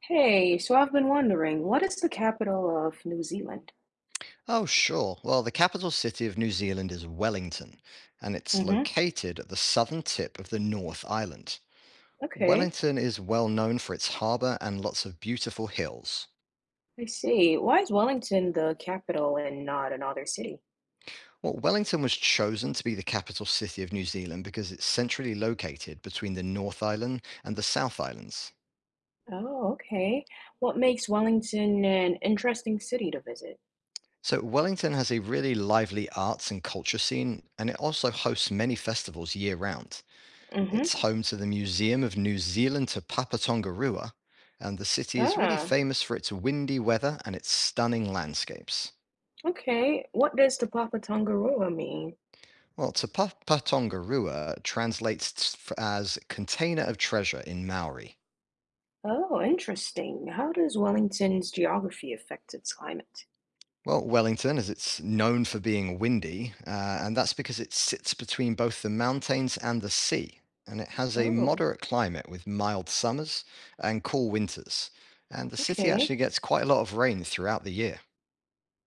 Hey, so I've been wondering, what is the capital of New Zealand? Oh, sure. Well, the capital city of New Zealand is Wellington, and it's Mm-hmm. located at the southern tip of the North Island. Okay, Wellington is well known for its harbour and lots of beautiful hills. I see. Why is Wellington the capital and not another city? Well, Wellington was chosen to be the capital city of New Zealand because it's centrally located between the North Island and the South Islands. Oh, okay. What makes Wellington an interesting city to visit? So, Wellington has a really lively arts and culture scene, and it also hosts many festivals year round. Mm-hmm. It's home to the Museum of New Zealand to Papatongarua, and the city is really Ah, famous for its windy weather and its stunning landscapes. okay. What does the Papa Tongaroa mean? Well, Te Papatongarua translates as container of treasure in Maori. Oh, interesting. How does Wellington's geography affect its climate? Well, Wellington, as it's known for being windy, and that's because it sits between both the mountains and the sea, and it has a Oh, moderate climate with mild summers and cool winters. And the city okay. actually gets quite a lot of rain throughout the year.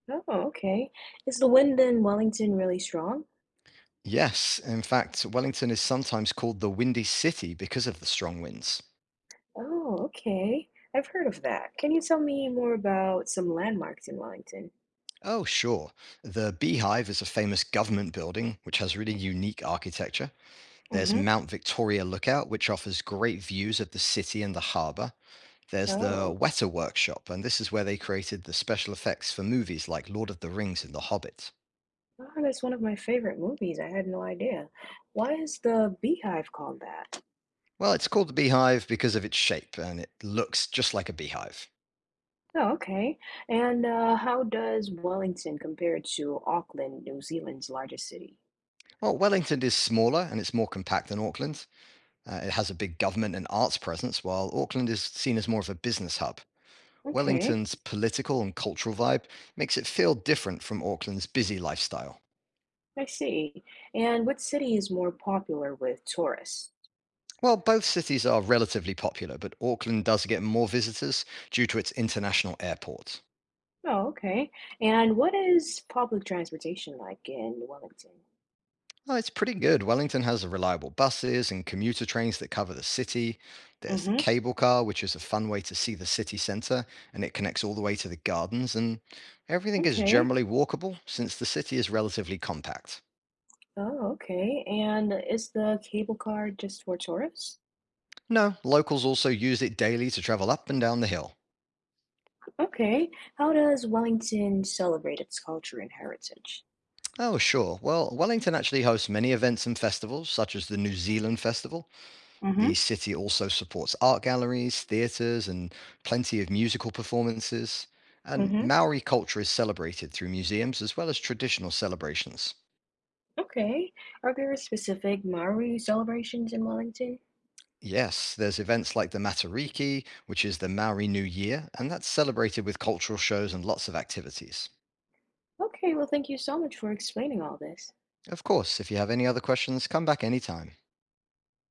Oh, okay. Is the wind in Wellington really strong? Yes, in fact, Wellington is sometimes called the Windy City because of the strong winds. Oh, okay. I've heard of that. Can you tell me more about some landmarks in Wellington? Oh, sure. The Beehive is a famous government building which has really unique architecture. There's Mm-hmm. Mount Victoria Lookout, which offers great views of the city and the harbour. There's the Oh. Weta Workshop, and this is where they created the special effects for movies like Lord of the Rings and The Hobbit. Oh, that's one of my favorite movies. I had no idea. Why is the Beehive called that? Well, it's called the Beehive because of its shape, and it looks just like a beehive. Oh, okay. And how does Wellington compare to Auckland, New Zealand's largest city? Well, Wellington is smaller and it's more compact than Auckland. It has a big government and arts presence, while Auckland is seen as more of a business hub. Okay, Wellington's political and cultural vibe makes it feel different from Auckland's busy lifestyle. I see. And what city is more popular with tourists? While both cities are relatively popular, but Auckland does get more visitors due to its international airport. Oh, okay. And what is public transportation like in Wellington? Oh, it's pretty good. Wellington has reliable buses and commuter trains that cover the city. There's the Mm-hmm. cable car, which is a fun way to see the city centre, and it connects all the way to the gardens. And everything is Okay. generally walkable since the city is relatively compact. Oh, okay. And is the cable car just for tourists? No, locals also use it daily to travel up and down the hill. Okay. How does Wellington celebrate its culture and heritage? Oh, sure. Well, Wellington actually hosts many events and festivals, such as the New Zealand Festival. Hmm. The city also supports art galleries, theatres, and plenty of musical performances. And Mm-hmm. Maori culture is celebrated through museums as well as traditional celebrations. Okay. Are there specific Maori celebrations in Wellington? Yes, there's events like the Matariki, which is the Maori New Year, and that's celebrated with cultural shows and lots of activities. Okay, well, thank you so much for explaining all this. Of course, if you have any other questions, come back anytime.